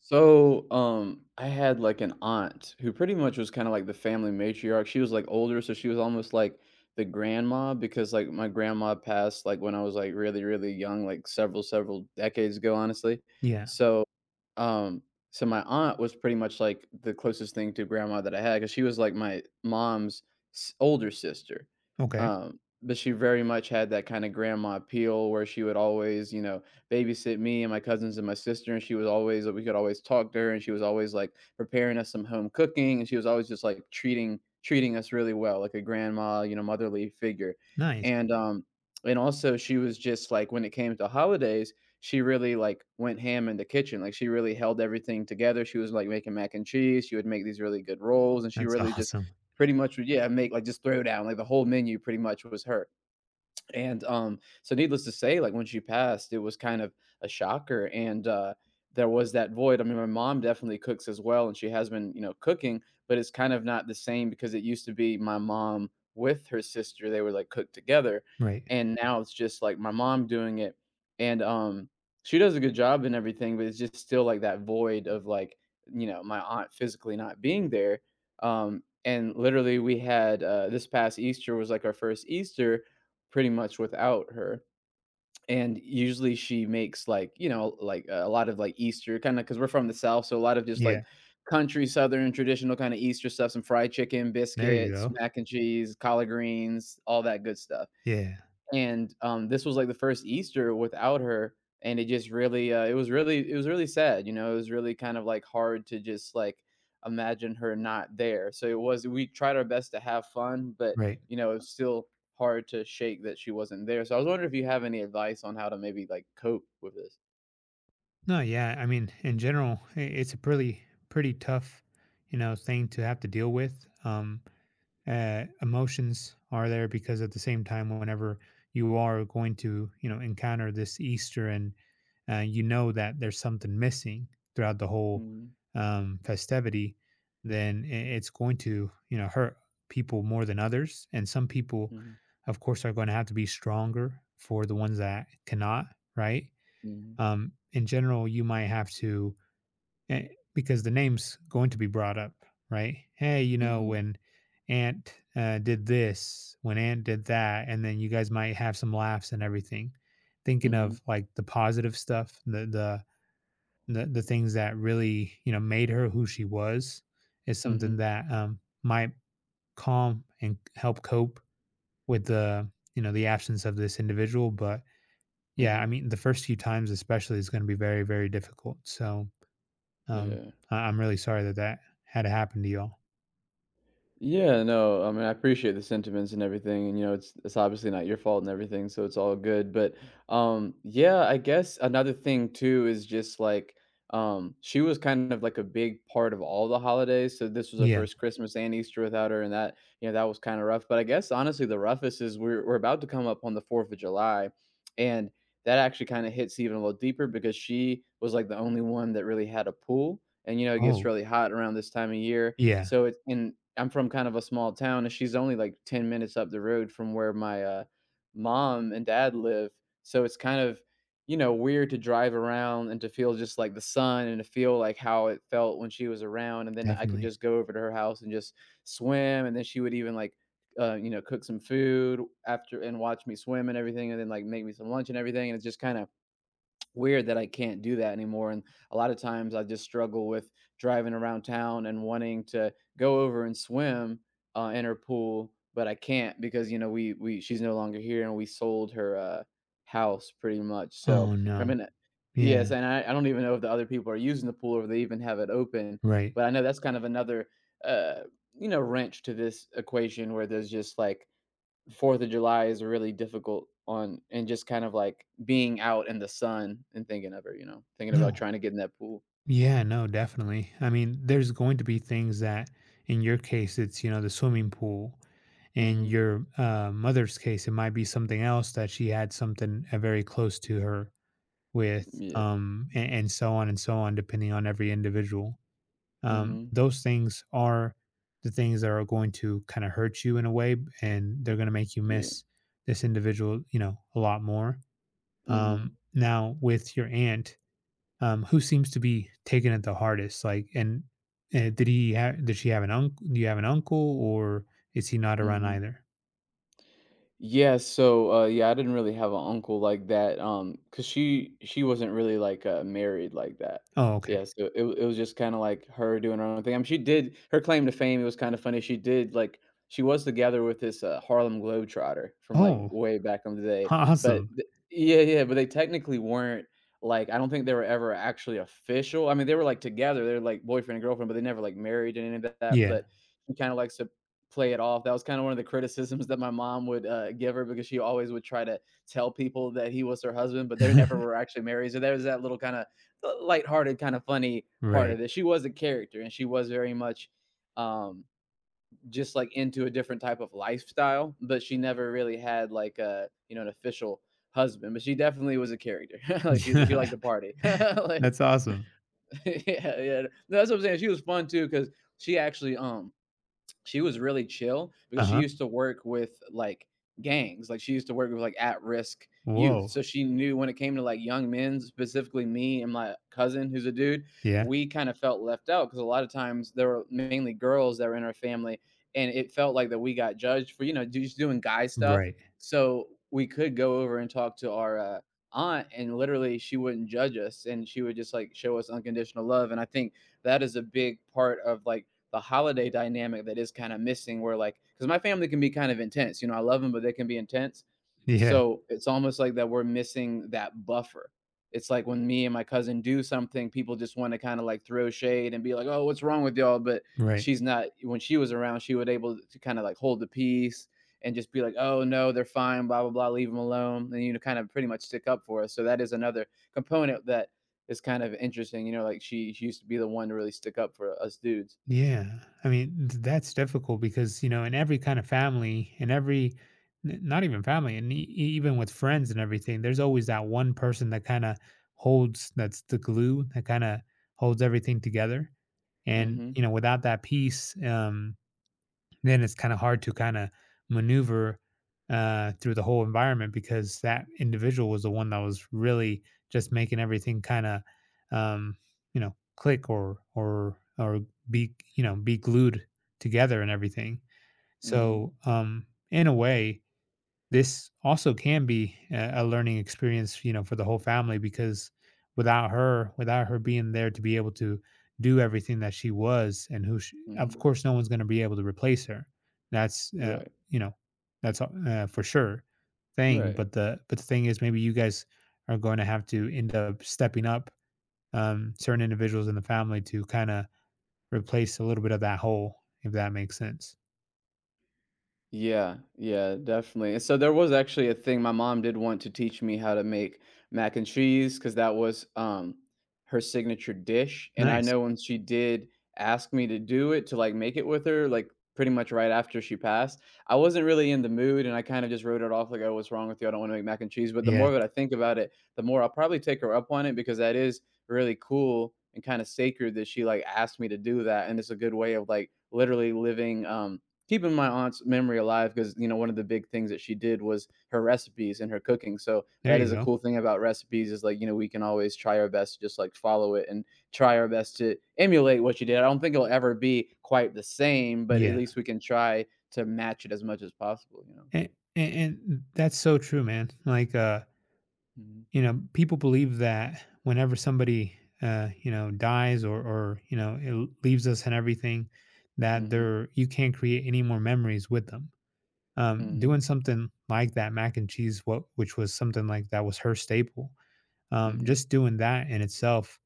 So, I had like an aunt who pretty much was kind of like the family matriarch. She was like older, so she was almost like the grandma because like my grandma passed like when I was like really, really young, like several, several decades ago, honestly. Yeah. So um, so my aunt was pretty much like the closest thing to grandma that I had because she was like my mom's older sister. Okay. But she very much had that kind of grandma appeal where she would always, babysit me and my cousins and my sister. And we could always talk to her and she was always like preparing us some home cooking. And she was always just like treating us really well, like a grandma, motherly figure. Nice. And, um, and also she was just like, when it came to holidays, she really like went ham in the kitchen. Like she really held everything together. She was like making mac and cheese. She would make these really good rolls, and she That's really just awesome. pretty much would yeah make like just throw down like the whole menu pretty much was her. And so needless to say, like when she passed, it was kind of a shocker. And there was that void. I mean, my mom definitely cooks as well, and she has been cooking, but it's kind of not the same because it used to be my mom with her sister. They would like cook together. Right. And now it's just like my mom doing it. And she does a good job and everything, but it's just still like that void of like, my aunt physically not being there. And literally, we had this past Easter was like our first Easter pretty much without her, and usually she makes, like, you know, like, a lot of, like, Easter kind of because 'cause we're from the South, so a lot of just, Yeah. like, country Southern traditional kinda Easter stuff, some fried chicken, There you biscuits, go. mac and cheese, collard greens, all that good stuff Yeah. and this was like the first Easter without her, and it just really, it was really, it was really sad. You know, it was really kind of like hard to just like imagine her not there. So it was. We tried our best to have fun, but Right. you know, it's still hard to shake that she wasn't there. So I was wondering if you have any advice on how to maybe like cope with this. No, yeah, I mean, in general, I it's a pretty tough, you know, thing to have to deal with. Emotions are there because at the same time, whenever you are going to, you know, encounter this Easter and, you know that there's something missing throughout the whole, Mhm, festivity, then it's going to, you know, hurt people more than others, and some people mhm, of course are going to have to be stronger for the ones that cannot. Right. mhm, In general, you might have to, Eh, because the name's going to be brought up, right? Hey, you know, mhm, when Aunt did this, when Aunt did that, and then you guys might have some laughs and everything. Thinking mhm, of like the positive stuff, the things that really, you know, made her who she was, is something mhm, that, might calm and help cope with the, you know, the absence of this individual. But yeah, I mhm. mean, the first few times especially is going to be very, very difficult. So, um, Yeah. I'm really sorry that that had to happen to y'all. Yeah, no, I mean, I appreciate the sentiments and everything, and you know, it's obviously not your fault and everything, so it's all good. But yeah, I guess another thing too is just like she was kind of like a big part of all the holidays. So this was her Yeah. first Christmas and Easter without her, and that you know that was kind of rough. But I guess honestly, the roughest is we're about to come up on the Fourth of July, and that actually kind of hits even a little deeper because she was like the only one that really had a pool, and you know, it gets Oh, really hot around this time of year yeah, so it's and I'm from kind of a small town, and she's only like 10 minutes up the road from where my mom and dad live. So it's kind of, you know, weird to drive around and to feel just like the sun and to feel like how it felt when she was around. And then I could definitely. just go over to her house and just swim. And then she would even like, cook some food after and watch me swim and everything, and then like make me some lunch and everything. And it's just kind of weird that I can't do that anymore. And a lot of times I just struggle with driving around town and wanting to go over and swim in her pool, but I can't because you know we she's no longer here and we sold her house pretty much. So Oh, I no. mean, yes, Yeah, and I don't even know if the other people are using the pool or if they even have it open. right. But I know that's kind of another uh, wrench to this equation where there's just like Fourth of July is really difficult on and just kind of like being out in the sun and thinking of her, you know, thinking about No. trying to get in that pool. Yeah, no, definitely. I mean, there's going to be things that, in your case, it's, you know, the swimming pool. In Mhm. your, mother's case, it might be something else that she had something, very close to her with, Yeah. And so on, depending on every individual. Mhm. Those things are the things that are going to kind of hurt you in a way, and they're going to make you Yeah. miss this individual, you know, a lot more. Mhm. Now with your aunt, who seems to be taking it the hardest, like, and did she have an uncle, do you have an uncle, or is he not around Mhm. either? Yeah, so yeah, I didn't really have an uncle like that cuz she wasn't really like married like that. Oh, okay. Yeah, so it was just kind of like her doing her own thing. I mean, she did her claim to fame, it was kind of funny. She did like she was together with this Harlem Globetrotter from like Oh, way back in the day, but awesome. Yeah, yeah, but they technically weren't like I don't think they were ever actually official. I mean, they were like together, they were like boyfriend and girlfriend, but they never like married and any of that, Yeah. but she kind of like play it off. That was kind of one of the criticisms that my mom would give her because she always would try to tell people that he was her husband, but they never were actually married. So there was that little kind of lighthearted, kind of funny part Right. of it. She was a character and she was very much um, just like into a different type of lifestyle, but she never really had like a, you know, an official husband, but she definitely was a character. like she liked Yeah, to party. like that's awesome. yeah, yeah. No, that's what I'm saying. She was fun too because she actually she was really chill because she Uh-huh. used to work with like gangs like she used to work with like at risk youth so Whoa. she knew when it came to like young men specifically me and my cousin who's a dude Yeah. we kind of felt left out because a lot of times there were mainly girls that were in our family and it felt like that we got judged for you know just doing guy stuff Right. so we could go over and talk to our aunt and literally she wouldn't judge us and she would just like show us unconditional love and I think that is a big part of like the holiday dynamic that is kind of missing where like because my family can be kind of intense you know I love them but they can be intense Yeah. so it's almost like that we're missing that buffer it's like when me and my cousin do something people just want to kind of like throw shade and be like oh what's wrong with y'all but Right. she's not when she was around she would able to kind of like hold the peace and just be like oh no they're fine blah blah blah leave them alone and you know kind of pretty much stick up for us so that is another component that is kind of interesting you know like she used to be the one to really stick up for us dudes. Yeah. I mean, that's difficult because, you know, in every kind of family, in every, not even family, and even with friends and everything, there's always that one person that kind of holds, that's the glue that kind of holds everything together. And, you Mhm, know, without that piece, then it's kind of hard to kind of maneuver through the whole environment because that individual was the one that was really just making everything kind of, um, you know, click, or be, you know, be glued together and everything. mhm, So in a way, this also can be a learning experience, you know, for the whole family, because without her being there to be able to do everything that she was and who she, of mhm. course, no one's gonna be able to replace her. That's, Right, you know, that's, for sure thing, right. but the thing is maybe you guys are going to have to end up stepping up, certain individuals in the family to kinda replace a little bit of that hole, if that makes sense. Yeah, yeah, definitely. And so there was actually a thing my mom did want to teach me how to make mac and cheese because that was her signature dish. And I Nice. know when she did ask me to do it to like make it with her, like pretty much right after she passed, I wasn't really in the mood and I kind of just wrote it off like, oh, what's wrong with you? I don't want to make mac and cheese. But the Yeah. more that I think about it, the more I'll probably take her up on it because that is really cool and kind of sacred that she like asked me to do that. And it's a good way of like literally living keeping my aunt's memory alive because you know one of the big things that she did was her recipes and her cooking so There that you is a go. cool thing about recipes is like you know we can always try our best to just like follow it and try our best to emulate what she did I don't think it'll ever be quite the same but at Yeah. least we can try to match it as much as possible you know. And, and that's so true, man. Like, Mm-hmm, you know, people believe that whenever somebody, you know, dies or you know, it leaves us and everything, that mm-hmm, they're you can't create any more memories with them. Doing something like that mac and cheese, what which was something like that was her staple. Mm-hmm, Just doing that in itself,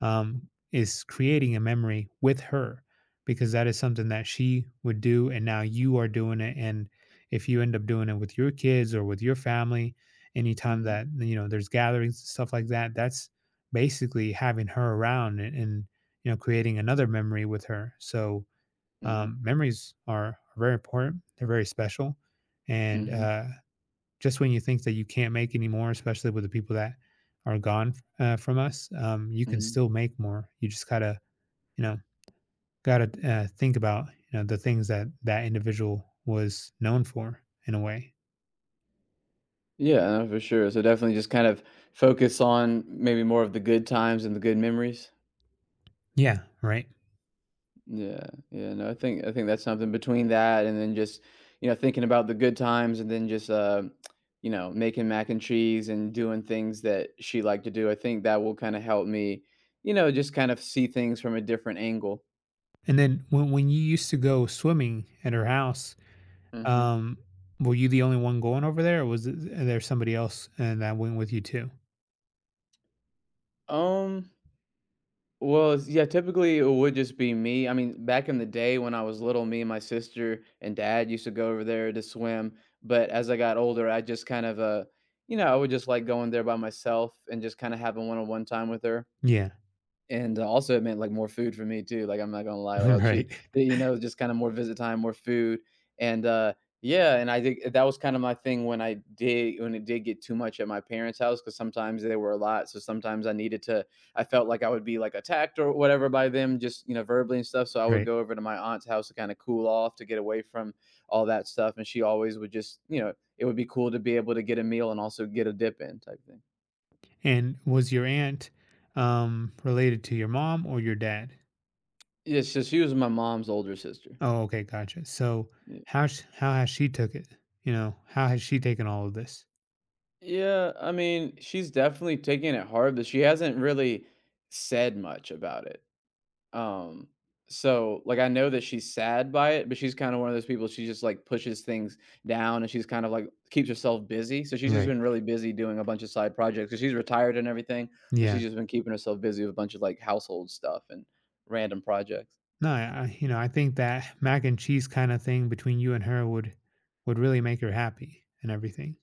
is creating a memory with her because that is something that she would do and now you are doing it, and if you end up doing it with your kids or with your family anytime mm-hmm, that, you know, there's gatherings and stuff like that, that's basically having her around, and you know, creating another memory with her. So mm-hmm, memories are very important, they're very special, and mm-hmm. Just when you think that you can't make any more, especially with the people that are gone from us, you can Hmm. still make more. You just gotta, you know, gotta think about, you know, the things that that individual was known for, in a way. Yeah, no, for sure so definitely just kind of focus on maybe more of the good times and the good memories. Yeah, right. Yeah, yeah, no, I think that's something between that and then just, you know, thinking about the good times and then just, making mac and cheese and doing things that she liked to do. I think that will kind of help me, you know, just kind of see things from a different angle. And then when you used to go swimming at her house, Hmm. um, were you the only one going over there, or was there somebody else and that went with you too? Um, well, yeah, typically it would just be me. I mean, back in the day when I was little, me and my sister and dad used to go over there to swim. But as I got older, I just kind of, I would just like going there by myself and just kind of having one on one time with her. Yeah, And, also, it meant, like, more food for me too, like, I'm not gonna lie, like, I'll cheat right, you know, just kinda more visit time, more food, and, yeah, and I think that was kinda my thing when I did when it did get too much at my parents' house because sometimes they were a lot, so sometimes I needed to I felt like I would be, like, attacked or whatever by them just, you know, verbally and stuff, so I would right. go over to my aunt's house to kinda cool off, to get away from all that stuff, and she always would just it would be cool to be able to get a meal and also get a dip in type thing. And was your aunt related to your mom or your dad? Yeah, so she was my mom's older sister. Oh, okay, gotcha. So how has she took it? You know, how has she taken all of this? Yeah, I mean, she's definitely taking it hard, but she hasn't really said much about it. Um, so like I know that she's sad by it, but she's kind of one of those people she just like pushes things down and she's kind of like keeps herself busy. So she's just Right. been really busy doing a bunch of side projects because she's retired and everything. So she's Yeah. just been keeping herself busy with a bunch of like household stuff and random projects. No, I you know, I think that mac and cheese kind of thing between you and her would really make her happy and everything.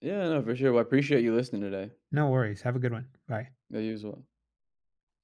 Yeah, no, for sure. Well, I appreciate you listening today. No worries. Have a good one. Bye. Yeah, you as well.